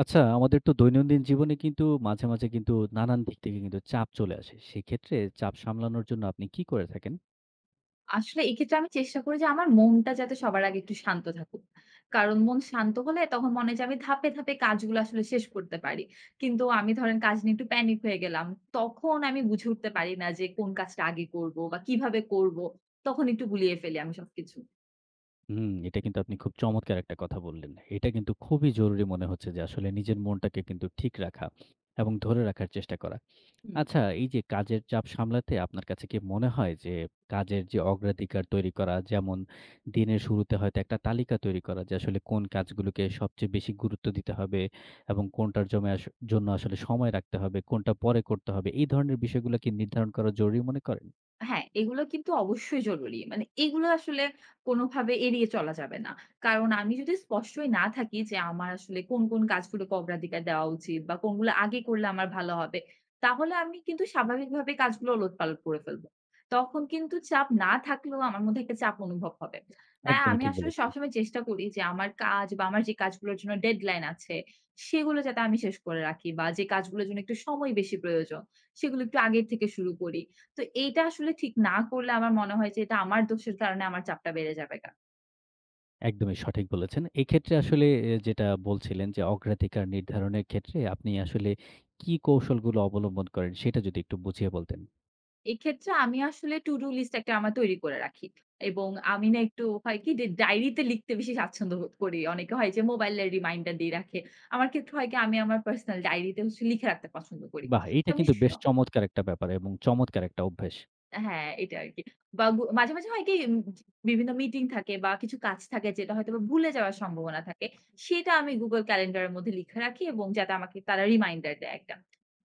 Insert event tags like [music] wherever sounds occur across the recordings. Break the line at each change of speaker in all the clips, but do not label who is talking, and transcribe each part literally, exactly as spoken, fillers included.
আচ্ছা, আমাদের তো দৈনন্দিন জীবনে কিন্তু মাঝে, মাঝে কিন্তু নানান দিক থেকে কিন্তু চাপ চলে আসে। সেক্ষেত্রে চাপ সামলানোর জন্য আপনি কি করে থাকেন?
আসলে এক্ষেত্রে আমি চেষ্টা করি যে আমার মনটা যাতে সবার আগে একটু শান্ত থাকুক। কারণ মন শান্ত হলে তখন মনে হয় যে আমি ধাপে, ধাপে কাজগুলো আসলে শেষ করতে পারি। কিন্তু আমি ধরেন কাজ নিয়ে একটু প্যানিক হয়ে গেলাম। তখন আমি বুঝে উঠতে পারি না যে কোন কাজটা আগে করব বা কিভাবে করব। তখন একটু গুলিয়ে ফেলি আমি সবকিছু।
হুম, এটা কিন্তু আপনি খুব চমৎকার একটা কথা বললেন। এটা কিন্তু খুবই জরুরি মনে হচ্ছে যে আসলে নিজের মনটাকে কিন্তু ঠিক রাখা এবং ধরে রাখার চেষ্টা করা।
হুম।
আচ্ছা, এই যে কাজের চাপ সামলাতে আপনার কাছে কি মনে হয় যে কাজের যে অগ্রাধিকার তৈরি করা যেমন দিনের শুরুতে হয়তো একটা তালিকা তৈরি করা যে আসলে কোন কাজগুলোকে সবচেয়ে বেশি গুরুত্ব দিতে হবে এবং কোনটার জমে আস জন্য আসলে সময় রাখতে হবে, কোনটা পরে করতে হবে। এই ধরনের বিষয়গুলো কি নির্ধারণ করা জরুরি মনে করেন?
হ্যাঁ, এগুলো কিন্তু অবশ্যই জরুরি। মানে এগুলো আসলে কোনোভাবে এড়িয়ে চলা যাবে না। কারণ আমি যদি স্পষ্টই না থাকি যে আমার আসলে কোন, কোন কাজগুলোকে অগ্রাধিকার দেওয়া উচিত বা কোনগুলো আগে করলে আমার ভালো হবে, তাহলে আমি কিন্তু স্বাভাবিকভাবে কাজগুলো ওলটপালট করে ফেলবো। তখন কিন্তু চাপ না থাকলেও আমার মধ্যে একটা চাপ অনুভব হবে। হ্যাঁ,
একদমই
আমি
ঠিক
আসলে
বলেছেন।
সবসময় চেষ্টা করি যে আমার কাজ বা আমার যে কাজগুলোর জন্য ডেডলাইন আছে, সেগুলো যাতে আমি শেষ করে রাখি বা যে কাজগুলোর জন্য একটু সময় বেশি প্রয়োজন, সেগুলো একটু আগের থেকে শুরু করি। তো এইটা আসলে ঠিক না করলে আমার মনে হয় যে এটা আমার দোষের কারণে আমার চাপটা বেড়ে যাবে গা।
একদমই সঠিক বলেছেন। এক্ষেত্রে আসলে এ যেটা বলছিলেন যে অগ্রাধিকার নির্ধারণের ক্ষেত্রে আপনি আসলে কি কৌশলগুলো অবলম্বন করেন সেটা যদি একটু বুঝিয়ে বলতেন?
এক্ষেত্রে আমি আসলে to do list একটা আমার তৈরি করে রাখি। এবং আমি না একটু হয় কি যে ডায়েরিতে লিখতে বেশি স্বাচ্ছন্দ্য বোধ করি। অনেকে হয় যে মোবাইলের রিমাইন্ডার দিয়ে রাখে। আমার ক্ষেত্রে হয় কি আমি আমার পার্সোনাল ডায়েরিতে হচ্ছে লিখে রাখতে পছন্দ করি।
বাহ!
তো
এইটা
আমি
কিন্তু
স
বেশ চমৎকার একটা ব্যাপার এবং চমৎকার একটা অভ্যাস।
হ্যাঁ, এটা আরকি। বা গু মাঝে, মাঝে হয় কি উম বিভিন্ন মিটিং থাকে বা কিছু কাজ থাকে যেটা হয়তোবা ভুলে যাওয়ার সম্ভাবনা থাকে। সেটা আমি Google ক্যালেন্ডারের মধ্যে লিখে রাখি এবং যাতে আমাকে তারা রিমাইন্ডার দেয় একটা।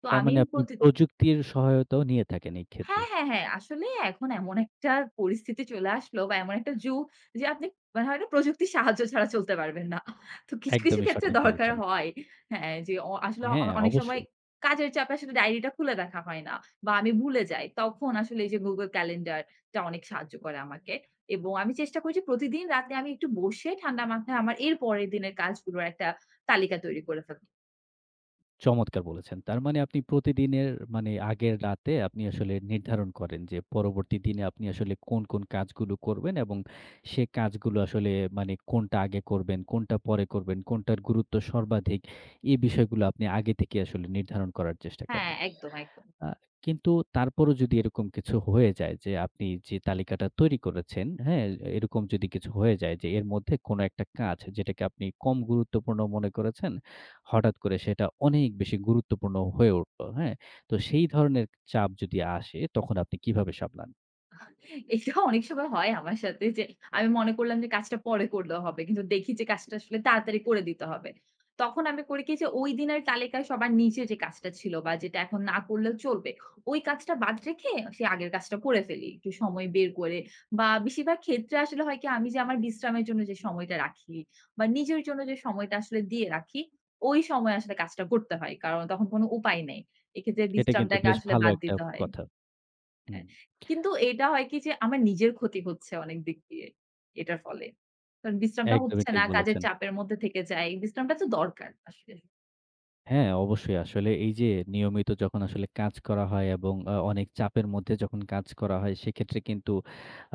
তো
তার
আমি
মানে আপনি
প্রতি
প্রযুক্তির সহায়তাও নিয়ে থাকেন এই ক্ষেত্রে।
হ্যাঁ, হ্যাঁ, হ্যাঁ। আসলে এখন এমন একটা পরিস্থিতি চলে আসলো বা এমন একটা যুগ যে আপনি মানে হয় না প্রযুক্তির সাহায্য ছাড়া চলতে পারবেন না। তো কিছু, কিছু
একদমই
ক্ষেত্রে
সঠিক
দরকার
বলেছেন।
হয়। হ্যাঁ, যে অ আসলে অ
হ্যাঁ,
অনেক সময়
অবশ্যই।
কাজের চাপে আসলে ডায়েরিটা খুলে দেখা হয় না বা আমি ভুলে যাই। তখন আসলে এই যে Google Calendar টা অনেক সাহায্য করে আমাকে। এবং আমি চেষ্টা করি যে প্রতিদিন রাতে আমি একটু বসে ঠান্ডা মাথায় আমার এর পরের দিনের কাজগুলোর একটা তালিকা তৈরি করে ফেলব।
চমৎকার বলেছেন। তার মানে আপনি প্রতিদিনের মানে আগের রাতে আপনি আসলে নির্ধারণ করেন যে পরবর্তী দিনে আপনি আসলে কোন, কোন কাজগুলো করবেন এবং সে কাজগুলো আসলে মানে কোনটা আগে করবেন, কোনটা পরে করবেন, কোনটার গুরুত্ব সর্বাধিক। এই বিষয়গুলো আপনি আগে থেকে আসলে নির্ধারণ করার চেষ্টা করেন।
হ্যাঁ, একদম, একদম।
আ কিন্তু তারপরও যদি এরকম কিছু হয়ে যায় যে আপনি যে তালিকাটা তৈরি করেছেন, হ্যাঁ? এরকম যদি কিছু হয়ে যায় যে এর মধ্যে কোনো একটা কাজ যেটাকে আপনি কম গুরুত্বপূর্ণ মনে করেছেন, হঠাৎ করে সেটা অনেক বেশি গুরুত্বপূর্ণ হয়ে উঠল, হ্যাঁ? তো সেই ধরনের চাপ যদি আসে তখন আপনি কিভাবে সামলান?
এটা অনেক সময় হয় আমার সাথে যে আমি মনে করলাম যে কাজটা পরে করলেও হবে। কিন্তু দেখি যে কাজটা আসলে তাড়াতাড়ি করে দিতে হবে। তখন আমি করি কি যে ওই দিনের তালিকায় সবার নিচে যে কাজটা ছিল বা যেটা এখন না করলেও চলবে, ওই কাজটা বাদ রেখে সে আগের কাজটা করে ফেলি। একটু সময় বের করে বা বেশিরভাগ ক্ষেত্রে আসলে হয় কি আমি যে আমার বিশ্রামের জন্য যে সময়টা রাখি বা নিজের জন্য যে সময়টা আসলে দিয়ে রাখি, ওই সময় আসলে কাজটা করতে হয়। কারণ তখন কোনো উপায় নেই। এক্ষেত্রে
এটা কিন্তু
বিশ্রামটাকে
বেশ
আসলে
ভালো
বাদ
একটা
দিতে হয়।
কথা।
হ্যাঁ,
হুম,
কিন্তু এটা হয় কি যে আমার নিজের ক্ষতি হচ্ছে অনেক দিক দিয়ে এটার ফলে। কারণ বিশ্রামটা
একদমই
হচ্ছে
ঠিক
না, কাজের
বলেছেন।
চাপের মধ্যে থেকে যাই। বিশ্রামটা তো দরকার আসলে।
হ্যাঁ, অবশ্যই। আসলে এই যে নিয়মিত যখন আসলে কাজ করা হয় এবং আ অনেক চাপের মধ্যে যখন কাজ করা হয়, সেক্ষেত্রে কিন্তু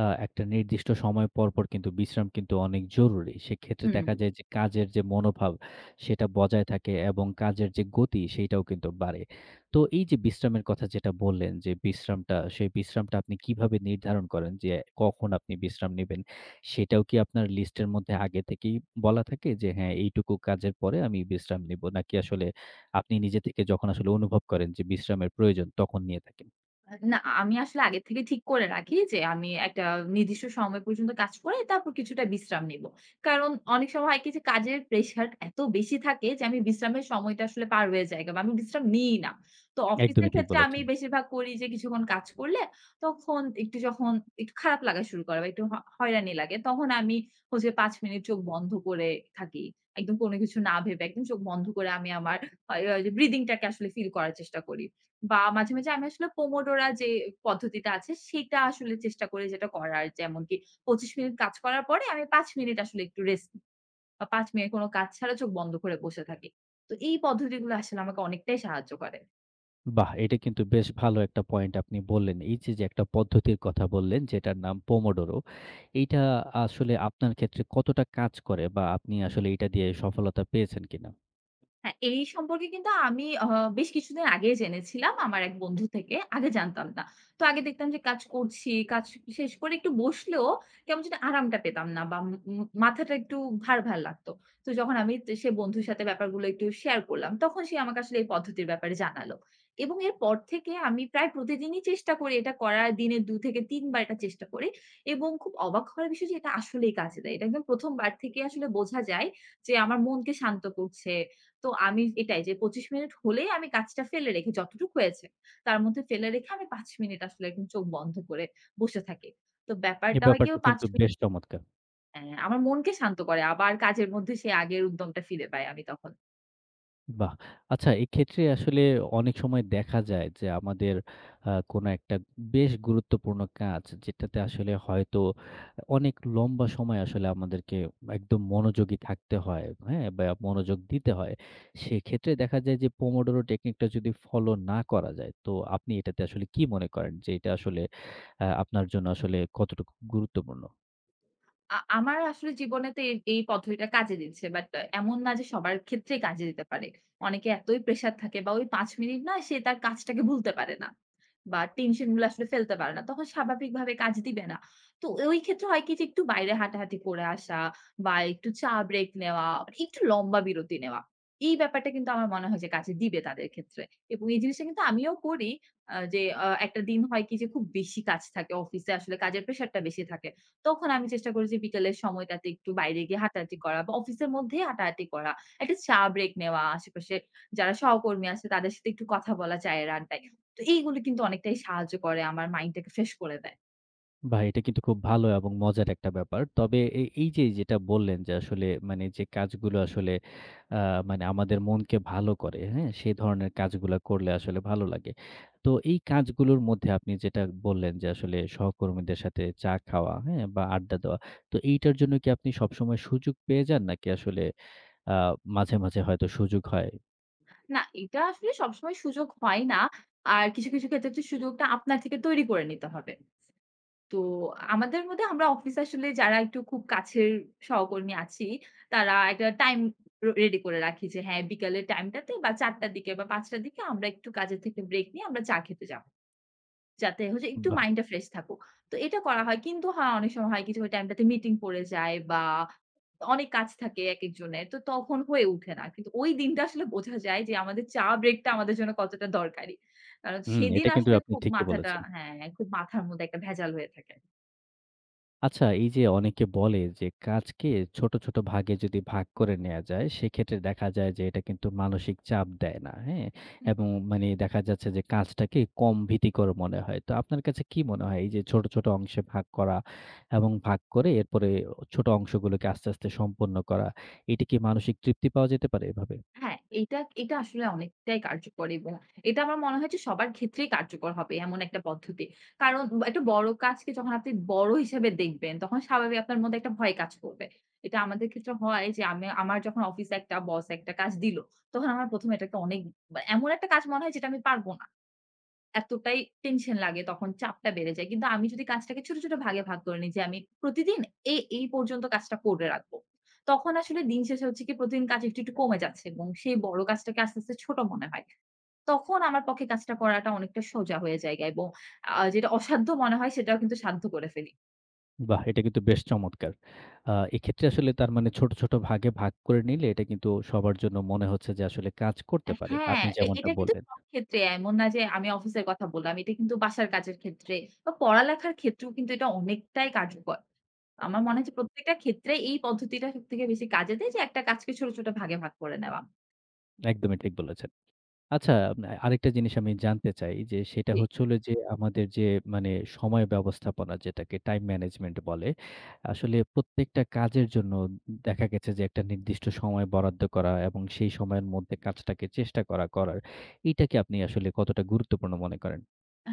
আ একটা নির্দিষ্ট সময় পর, পর কিন্তু বিশ্রাম কিন্তু অনেক জরুরি। সেক্ষেত্রে
হুম।
দেখা যায় যে কাজের যে মনোভাব, সেটা বজায় থাকে এবং কাজের যে গতি, সেইটাও কিন্তু বাড়ে। তো এই যে বিশ্রামের কথা যেটা বললেন যে বিশ্রামটা, সেই বিশ্রামটা আপনি কিভাবে নির্ধারণ করেন যে কখন আপনি বিশ্রাম নিবেন? সেটাও কি আপনার লিস্টের মধ্যে আগে থেকেই বলা থাকে যে, "হ্যাঁ, এইটুকু কাজের পরে আমি বিশ্রাম নিবো।" নাকি আসলে আপনি নিজে থেকে যখন আসলে অনুভব করেন যে বিশ্রামের প্রয়োজন, তখন নিয়ে থাকেন।
আ না, আমি আসলে আগে থেকে ঠিক করে রাখি যে আমি একটা নির্দিষ্ট সময় পর্যন্ত কাজ করে তারপর কিছুটা বিশ্রাম নিব। কারণ অনেক সময় হয় কি যে কাজের প্রেশার এত বেশি থাকে যে আমি বিশ্রামের সময়টা আসলে পার হয়ে যায় বা আমি বিশ্রাম নিই না। তো অফিসের
একদমই ঠিক
ক্ষেত্রে আমি
বলেছেন।
বেশিরভাগ করি যে কিছুক্ষণ কাজ করলে তখন একটু যখন একটু খারাপ লাগা শুরু করে বা একটু হ হয়রানি লাগে তখন আমি হচ্ছে পাঁচ মিনিট চোখ বন্ধ করে থাকি। একদম কোনো কিছু না ভেবে একদম চোখ বন্ধ করে আমি আমার আ ব্রিথিং টাকে আসলে ফিল করার চেষ্টা করি। বা মাঝে, মাঝে আমি আসলে পোমোডোরা যে পদ্ধতিটা আছে সেটা আসলে চেষ্টা করি যেটা করার। যেমন কি পঁচিশ মিনিট কাজ করার পরে আমি পাঁচ মিনিট আসলে একটু রেস্ট নিই। বা পাঁচ মিনিট কোন কাজ ছাড়া চোখ বন্ধ করে বসে থাকি। তো এই পদ্ধতিগুলো আসলে আমাকে অনেকটাই সাহায্য করে।
বাহ! এটা কিন্তু বেশ ভালো একটা পয়েন্ট আপনি বললেন। এই যে, যে একটা পদ্ধতির কথা বললেন যেটার নাম পোমোডোরো। এইটা আসলে আপনার ক্ষেত্রে কতটা কাজ করে বা আপনি আসলে এইটা দিয়ে সফলতা পেয়েছেন কিনা?
হ্যাঁ, এই সম্পর্কে কিন্তু আমি আ বেশ কিছুদিন আগেই জেনেছিলাম আমার এক বন্ধু থেকে। আগে জানতাম না। তো আগে দেখতাম যে কাজ করছি, কাজ শেষ করে একটু বসলেও কেমন যেন আরামটা পেতাম না বা উম উম মাথাটা একটু ভার, ভার লাগতো। তো যখন আমি তে সে বন্ধুর সাথে ব্যাপারগুলো একটু শেয়ার করলাম, তখন সে আমাকে আসলে এই পদ্ধতির ব্যাপারে জানালো। এবং এরপর থেকে আমি প্রায় প্রতিদিনই চেষ্টা করি এটা করার। দিনে দুই থেকে তিন বার এটা চেষ্টা করি এবং খুব অবাক হওয়ার বিষয় যে এটা আসলেই কাজে দেয়। এটা একদম প্রথম বার থেকেই আসলে বোঝা যায় যে আমার মনকে শান্ত করছে। তো আমি এটাই যে পঁচিশ মিনিট হলেই আমি কাজটা ফেলে রেখে যতটুক হয়েছে, তার মধ্যে ফেলে রেখে আমি পাঁচ মিনিট আসলে একদম চোখ বন্ধ করে বসে থাকি। তো
এ
ব্যাপারটা হয় কি
ব্যাপারটা
ও পাঁচ
কিন্তু
মিনিট
বেশ চমৎকার।
হ্যাঁ, আমার মনকে শান্ত করে। আবার কাজের মধ্যে সেই আগের উদ্যমটা ফিরে পাই আমি তখন।
বাহ! আচ্ছা এক্ষেত্রে আসলে অনেক সময় দেখা যায় যে আমাদের আ কোনো একটা বেশ গুরুত্বপূর্ণ কাজ যেটাতে আসলে হয়তো অনেক লম্বা সময় আসলে আমাদেরকে একদম মনোযোগী থাকতে হয়, হ্যাঁ? বা মনোযোগ দিতে হয়। সেক্ষেত্রে দেখা যায় যে পোমোডোরো টেকনিকটা যদি ফলো না করা যায়, তো আপনি এটাতে আসলে কি মনে করেন যে এটা আসলে আ আপনার জন্য আসলে কতটুকু গুরুত্বপূর্ণ?
আ আমার আসলে জীবনে তো এই, এই পদ্ধতিটা কাজে দিচ্ছে। বাট এমন না যে সবার ক্ষেত্রেই কাজে দিতে পারে। অনেকে এতই প্রেশার থাকে বা ওই পাঁচ মিনিট না সে তার কাজটাকে ভুলতে পারে না। বা টেনশন গুলো আসলে ফেলতে পারে না। তখন স্বাভাবিকভাবে কাজ দিবে না। তো ওই ক্ষেত্রে হয় কি যে একটু বাইরে হাঁটাহাঁটি করে আসা বা একটু চা ব্রেক নেওয়া, একটু লম্বা বিরতি নেওয়া। এই ব্যাপারটা কিন্তু আমার মনে হয় যে কাজে দিবে তাদের ক্ষেত্রে। এবং এই জিনিসটা কিন্তু আমিও করি। আ যে আ একটা দিন হয় কি যে খুব বেশি কাজ থাকে। অফিসে আসলে কাজের প্রেশারটা বেশি থাকে। তখন আমি চেষ্টা করি যে বিকেলের সময়টাতে একটু বাইরে গিয়ে হাঁটাহাঁটি করা বা অফিসের মধ্যেই হাঁটাহাঁটি করা। একটা চা ব্রেক নেওয়া, আশেপাশে যারা সহকর্মী আছে তাদের সাথে একটু কথা বলা চায়ের আড্ডায়। তো এইগুলো কিন্তু অনেকটাই সাহায্য করে আমার মাইন্ডটাকে ফ্রেশ করে দেয়।
বাহ! এটা কিন্তু খুব ভালো এবং মজার একটা ব্যাপার। তবে এ এই যে যেটা বললেন যে আসলে মানে যে কাজগুলো আসলে আ মানে আমাদের মনকে ভালো করে, হ্যাঁ? সেই ধরনের কাজগুলা করলে আসলে ভালো লাগে। তো এই কাজগুলোর মধ্যে আপনি যেটা বললেন যে আসলে সহকর্মীদের সাথে চা খাওয়া, হ্যাঁ? বা আড্ডা দেওয়া। তো এইটার জন্য কি আপনি সবসময় সুযোগ পেয়ে যান নাকি আসলে আ মাঝে, মাঝে হয়তো সুযোগ হয়?
না, এটা আসলে সবসময় সুযোগ হয় না। আর কিছু, কিছু ক্ষেত্রে তো সুযোগটা আপনার থেকে তৈরি করে নিতে হবে। তো আমাদের মধ্যে আমরা অফিস আসলে যারা একটু খুব কাছের সহকর্মী আছি, তারা একটা টাইম র রেডি করে রাখি যে হ্যাঁ, বিকালের টাইমটাতে বা চার টার দিকে বা পাঁচ টার দিকে আমরা একটু কাজের থেকে ব্রেক নিয়ে আমরা চা খেতে যাবো। যাতে হচ্ছে একটু
বাহ!
মাইন্ডটা ফ্রেশ থাকুক। তো এটা করা হয়। কিন্তু হ্যাঁ, অনেক সময় হয় কি যে ওই টাইমটাতে মিটিং পড়ে যায় বা অনেক কাজ থাকে একেকজনের। তো তখন হয়ে উঠে না। কিন্তু ওই দিনটা আসলে বোঝা যায় যে আমাদের চা ব্রেকটা আমাদের জন্য কতটা দরকারি। কারণ
হুম,
সেদিন
এটা কিন্তু
আসলে
আপনি
খুব
ঠিকই
মাথাটা
বলেছেন।
হ্যাঁ, খুব মাথার মধ্যে একটা ভেজাল হয়ে থাকে।
আচ্ছা এই যে অনেকে বলে যে কাজকে ছোট, ছোট ভাগে যদি ভাগ করে নেয়া যায়, সেক্ষেত্রে দেখা যায় যে এটা কিন্তু মানসিক চাপ দেয় না। হ্যাঁ? এবং মানে দেখা যাচ্ছে যে কাজটাকে কম ভীতিকর মনে হয়। তো আপনার কাছে কি মনে হয় এই যে ছোট, ছোট অংশে ভাগ করা এবং ভাগ করে এরপরে ছোট অংশগুলোকে আস্তে, আস্তে সম্পন্ন করা, এটা কি মানসিক তৃপ্তি পাওয়া যেতে পারে এভাবে?
হ্যাঁ, এইটা এটা আসলে অনেকটাই কার্যকর এবং এটা আমার মনে হয় যে সবার ক্ষেত্রেই কার্যকর হবে এমন একটা পদ্ধতি। কারণ ব একটা বড় কাজকে যখন আপনি বড় হিসেবে দেখবেন, তখন স্বাভাবিক আপনার মধ্যে একটা ভয় কাজ করবে। এটা আমাদের ক্ষেত্রে হয় যে আমি আমার যখন অফিসে একটা বস একটা কাজ দিল, তখন আমার প্রথম এটাকে অনেক বা এমন একটা কাজ মনে হয় যেটা আমি পারব না। এতটাই টেনশন লাগে তখন চাপটা বেড়ে যায়। কিন্তু আমি যদি কাজটাকে ছোট, ছোট ভাগে ভাগ করে নিই যে আমি প্রতিদিন এই, এই পর্যন্ত কাজটা করে রাখবো। তখন আসলে দিন শেষে হচ্ছে কি প্রতিদিন কাজ একটু, একটু কমে যাচ্ছে এবং সেই বড় কাজটাকে আস্তে, আস্তে ছোট মনে হয়। তখন আমার পক্ষে কাজটা করাটা অনেকটা সোজা হয়ে যায় এবং আ যেটা অসাধ্য মনে হয় সেটাও কিন্তু সাধ্য করে ফেলি।
বাহ! এটা কিন্তু বেশ চমৎকার। আ এক্ষেত্রে আসলে তার মানে ছোট, ছোট ভাগে ভাগ করে নিলে এটা কিন্তু সবার জন্য মনে হচ্ছে যে আসলে কাজ করতে পারে।
হ্যাঁ,
আপনি
এ
যেমনটা
এটা কিন্তু
বললেন।
সব ক্ষেত্রে এমন না যে আমি অফিসের কথা বললাম। এটা কিন্তু বাসার কাজের ক্ষেত্রে বা পড়ালেখার ক্ষেত্রেও কিন্তু এটা অনেকটাই কার্যকর। আমার মনে হয় যে প্রত্যেকটা ক্ষেত্রে এই পদ্ধতিটা সবথেকে বেশি কাজে দেয় যে একটা কাজকে ছোট, ছোট ভাগে ভাগ করে নেওয়া।
একদমই ঠিক বলেছেন। আচ্ছা আ আরেকটা জিনিস আমি জানতে চাই যে সেটা
জি।
হচ্ছে হলো যে আমাদের যে মানে সময় ব্যবস্থাপনা যেটাকে টাইম ম্যানেজমেন্ট বলে। আসলে প্রত্যেকটা কাজের জন্য দেখা গেছে যে একটা নির্দিষ্ট সময় বরাদ্দ করা এবং সেই সময়ের মধ্যে কাজটাকে চেষ্টা করা করার এইটাকে আপনি আসলে কতটা গুরুত্বপূর্ণ মনে করেন?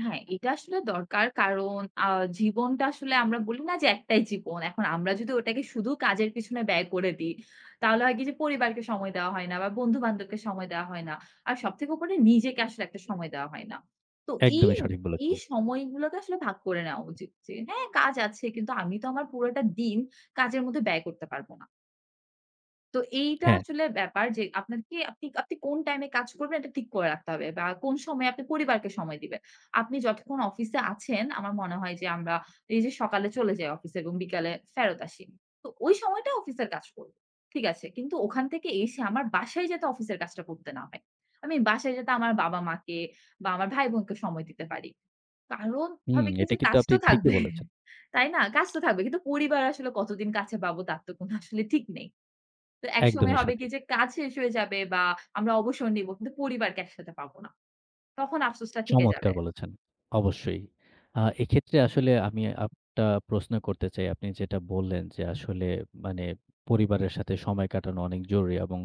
হ্যাঁ, এটা আসলে দরকার। কারণ আ জীবনটা আসলে আমরা বলি না যে একটাই জীবন। এখন আমরা যদি ওটাকে শুধু কাজের পিছনে ব্যয় করে দিই, তাহলে হয় কি যে পরিবারকে সময় দেওয়া হয় না বা বন্ধু-বান্ধবকে সময় দেওয়া হয় না। আর সবথেকে উপরে নিজেকে আসলে একটা সময় দেওয়া হয় না। তো এই,
একদমই সঠিক বলেছেন।
এই সময়গুলোকে আসলে ভাগ করে নেওয়া উচিত যে, হ্যাঁ, কাজ আছে কিন্তু আমি তো আমার পুরোটা দিন কাজের মধ্যে ব্যয় করতে পারব না। তো এইটা
হ্যাঁ,
আসলে ব্যাপার যে আপনাকে আপনি আপনি কোন টাইমে কাজ করবেন এটা ঠিক করে রাখতে হবে বা কোন সময়ে আপনি পরিবারকে সময় দিবেন। আপনি যতক্ষণ অফিসে আছেন আমার মনে হয় যে আমরা এই যে সকালে চলে যাই অফিসে এবং বিকালে ফেরত আসি। তো ওই সময়টা অফিসের কাজ করব। ঠিক আছে। কিন্তু ওখান থেকে এসে আমার বাসায় যাতে অফিসের কাজটা করতে না হয়। আমি বাসায় যাতে আমার বাবা-মাকে বা আমার ভাই-বোনকে সময় দিতে পারি। কারণ
হুম,
হবে কি
এটা
যে
কিন্তু
কাজ
আপনি
তো
ঠিকই
থাকবে।
বলেছেন।
তাই না? কাজ তো থাকবে। কিন্তু পরিবার আসলে কতদিন কাছে পাবো তার তো কোনো আসলে ঠিক নেই। তো একসময়
একদমই
হবে কি
সঠিক।
যে কাজ শেষ হয়ে যাবে বা আমরা অবসর নিবো। কিন্তু পরিবারকে একসাথে পাবো না। তখন আফসোসটা থেকে যাবে।
চমৎকার বলেছেন। অবশ্যই। আ এক্ষেত্রে আসলে আমি একটা প্রশ্ন করতে চাই। আপনি যেটা বললেন যে আসলে মানে পরিবারের সাথে সময় কাটানো অনেক জরুরি এবং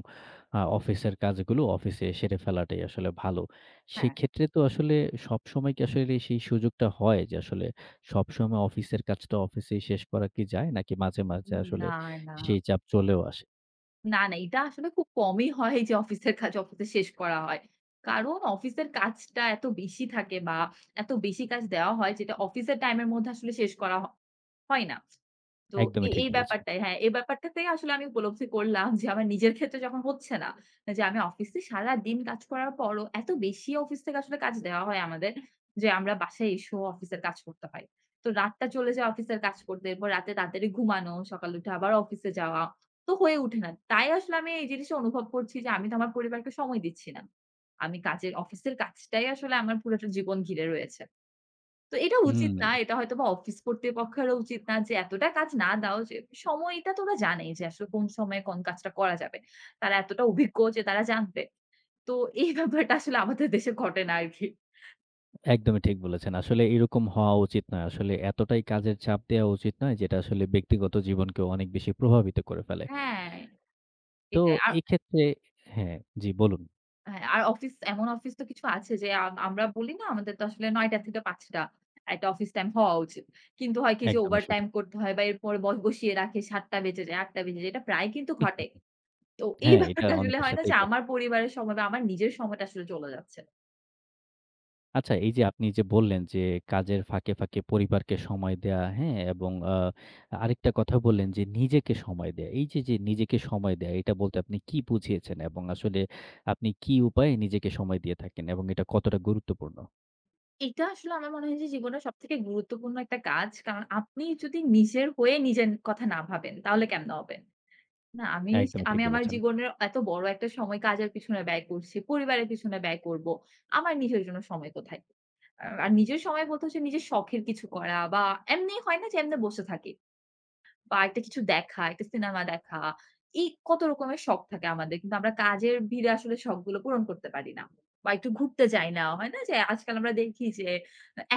আ অফিসের কাজগুলো অফিসে সেরে ফেলাটাই আসলে ভালো।
হ্যাঁ।
সেক্ষেত্রে তো আসলে সবসময় কি আসলে সেই সুযোগটা হয় যে আসলে সবসময় অফিসের কাজটা অফিসেই শেষ করা কি যায়? নাকি মাঝে, মাঝে
উম
আসলে
না, না।
সেই চাপ চলেও আসে?
না, না এটা আসলে খুব কমই হয় যে অফিসের কাজ অফিসে শেষ করা হয়। কারণ অফিসের কাজটা এত বেশি থাকে বা এত বেশি কাজ দেওয়া হয় যেটা অফিসের টাইম এর মধ্যে আসলে শেষ করা হ হয় না। তো
একদমই
এ
ঠিক
এই
বলেছেন।
ব্যাপারটাই হ্যাঁ, এই ব্যাপারটাতেই আসলে আমি উপলব্ধি করলাম যে আমার নিজের ক্ষেত্রে যখন হচ্ছে না, যে আমি অফিসে সারাদিন কাজ করার পরও এত বেশি অফিস থেকে আসলে কাজ দেওয়া হয় আমাদের যে আমরা বাসায় এসেও অফিসের কাজ করতে হয়। তো রাতটা চলে যায় অফিসের কাজ করতে, এরপর রাতে তাড়াতাড়ি ঘুমানো, সকালে উঠে আবার অফিসে যাওয়া। তো হয়ে ওঠে না। তাই আসলে আমি এই জিনিসটা অনুভব করছি যে আমি তো আমার পরিবারকে সময় দিচ্ছি না। আমি কাজের অফিসের কাজটাই আসলে আমার পুরোটা জীবন ঘিরে রয়েছে। তো এটা উচিত
হুম।
না। এটা হয়তোবা অফিস কর্তৃপক্ষেরও উচিত না যে এতটা কাজ না দাও যে সময়টা তো ওরা জানেই যে আসলে কোন সময়ে কোন কাজটা করা যাবে। তারা এতটা অভিজ্ঞ যে তারা জানবে। তো এই ব্যাপারটা আসলে আমাদের দেশে ঘটে না আরকি।
একদমই ঠিক বলেছেন। আসলে এরকম হওয়া উচিত নয়। আসলে এতটাই কাজের চাপ দেওয়া উচিত নয় যেটা আসলে ব্যক্তিগত জীবনকেও অনেক বেশি প্রভাবিত করে ফেলে।
হ্যাঁ,
তো
এটাই। আর
এক্ষেত্রে হ্যাঁ, জি বলুন।
হ্যাঁ, আর অফিস এমন অফিস তো কিছু আছে যে আম আমরা বলি না আমাদের তো আসলে নয় টা থেকে পাঁচ টা একটা অফিস টাইম হওয়া উচিত। কিন্তু হয় কি যে
একদমই সঠিক।
ওভারটাইম করতে হয় বা এরপরে ব বসিয়ে রাখে সাত টা বেজে যায়, আট টা বেজে যায়। এটা প্রায় কিন্তু ঘটে। তো এই
হ্যাঁ, এটা
ব্যাপারটা আসলে
অনেকের
হয় না
সাথেই
যে
ঘটে।
আমার পরিবারের সময় বা আমার নিজের সময়টা আসলে চলে যাচ্ছে।
আচ্ছা এই যে আপনি যে বললেন যে কাজের ফাঁকে, ফাঁকে পরিবারকে সময় দেয়া, হ্যাঁ? এবং আ আরেকটা কথা বললেন যে নিজেকে সময় দেয়া। এই যে, যে নিজেকে সময় দেয়া এটা বলতে আপনি কি বুঝিয়েছেন? এবং আসলে আপনি কি উপায়ে নিজেকে সময় দিয়ে থাকেন এবং এটা কতটা গুরুত্বপূর্ণ?
এটা আসলে আমার মনে হয় যে জীবনের সবথেকে গুরুত্বপূর্ণ একটা কাজ। কারণ আপনি যদি নিজের হয়ে নিজের কথা না ভাবেন তাহলে কেমনে হবে? না আমি স
একদমই ঠিক
আমি আমার
বলেছেন।
জীবনের এত বড় একটা সময় কাজের পিছনে ব্যয় করছি, পরিবারের পিছনে ব্যয় করব। আমার নিজের জন্য সময় কোথায়? আ আর নিজের সময় বলতে হচ্ছে নিজের শখের কিছু করা বা এমনি হয় না যে এমনি বসে থাকি। বা একটা কিছু দেখা, একটা সিনেমা দেখা। এই কত রকমের শখ থাকে আমাদের। কিন্তু আমরা কাজের ভিড়ে আসলে শখগুলো পূরণ করতে পারি না। বা একটু ঘুরতে যাই না। হয় না যে আজকাল আমরা দেখি যে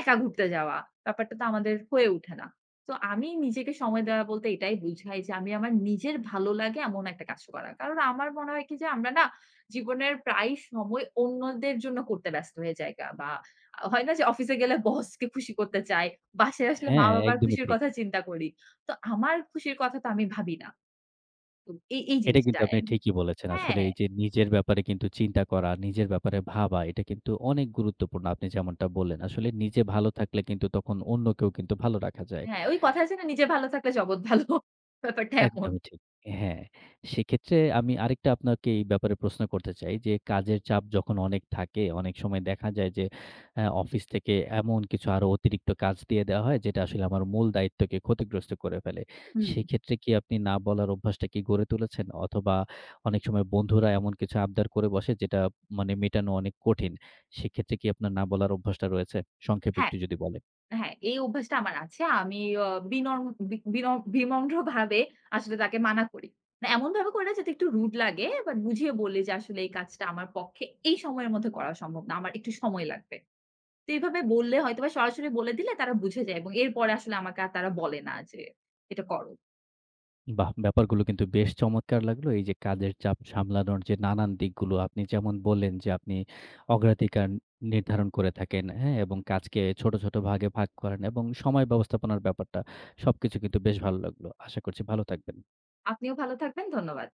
একা ঘুরতে যাওয়া। ব্যাপারটা তো আমাদের হয়ে ওঠে না। তো আমি নিজেকে সময় দেওয়া বলতে এটাই বুঝাই যে আমি আমার নিজের ভালো লাগে এমন একটা কাজ করা। কারণ আমার মনে হয় কি যে আমরা না জীবনের প্রায় সময় অন্যদের জন্য করতে ব্যস্ত হয়ে যাই গা। বা হয় না যে অফিসে গেলে বসকে খুশি করতে চাই। বাসায় আসলে
হ্যাঁ,
মা-বাবার
একদমই
খুশির
ঠিক।
কথা চিন্তা করি। তো আমার খুশির কথা তো আমি ভাবি না। তো এই, এই
এটা কিন্তু
জিনিসটায়
আপনি
আমি
ঠিকই বলেছেন। আসলে
হ্যাঁ,
এই যে নিজের ব্যাপারে কিন্তু চিন্তা করা, নিজের ব্যাপারে ভাবা এটা কিন্তু অনেক গুরুত্বপূর্ণ। আপনি যেমনটা বললেন। আসলে নিজে ভালো থাকলে কিন্তু তখন অন্যকেও কিন্তু ভালো রাখা যায়।
হ্যাঁ, ওই কথা আছে না নিজে ভালো থাকলে জগৎ ভালো। [laughs] ব্যাপারটা এমন।
একদমই ঠিক। হ্যাঁ, সেক্ষেত্রে আমি আরেকটা আপনাকে এই ব্যাপারে প্রশ্ন করতে চাই যে, কাজের চাপ যখন অনেক থাকে, অনেক সময় দেখা যায় যে, আ অফিস থেকে এমন কিছু আরো অতিরিক্ত কাজ দিয়ে দেওয়া হয়, যেটা আসলে আমার মূল দায়িত্বকে ক্ষতিগ্রস্ত করে ফেলে।
হুম।
সেক্ষেত্রে কি আপনি না বলার অভ্যাসটা কি গড়ে তুলেছেন? অথবা অনেক সময় বন্ধুরা এমন কিছু আবদার করে বসে, যেটা মানে মেটানো অনেক কঠিন। সেক্ষেত্রে কি আপনার না বলার অভ্যাসটা রয়েছে? সংক্ষেপে
হ্যাঁ,
একটু যদি বলেন।
হ্যাঁ, এই অভ্যাসটা আমার আছে। আমি অ বিনম্র বি বিন বিনম্রভাবে আসলে তাকে মানা করি। মানে এমনভাবে করি না যাতে একটু রুড লাগে বাট বুঝিয়ে বলি যে আসলে এই কাজটা আমার পক্ষে এই সময়ের মধ্যে করা সম্ভব না। আমার একটু সময় লাগবে। তো এইভাবে বললে হয়তোবা সরাসরি বলে দিলে তারা বুঝে যায় এবং এরপরে আসলে আমাকে আর তারা বলে না যে এটা করো।
বাহ! ব্যাপারগুলো কিন্তু বেশ চমৎকার লাগলো। এই যে কাজের চাপ সামলানোর যে নানান দিকগুলো আপনি যেমন বললেন যে আপনি অগ্রাধিকার নির্ধারণ করে থাকেন, হ্যাঁ? এবং কাজকে ছোট, ছোট ভাগে ভাগ করেন এবং সময় ব্যবস্থাপনার ব্যাপারটা সবকিছু কিন্তু বেশ ভালো লাগলো। আশা করছি ভালো থাকবেন।
আপনিও ভালো থাকবেন। ধন্যবাদ।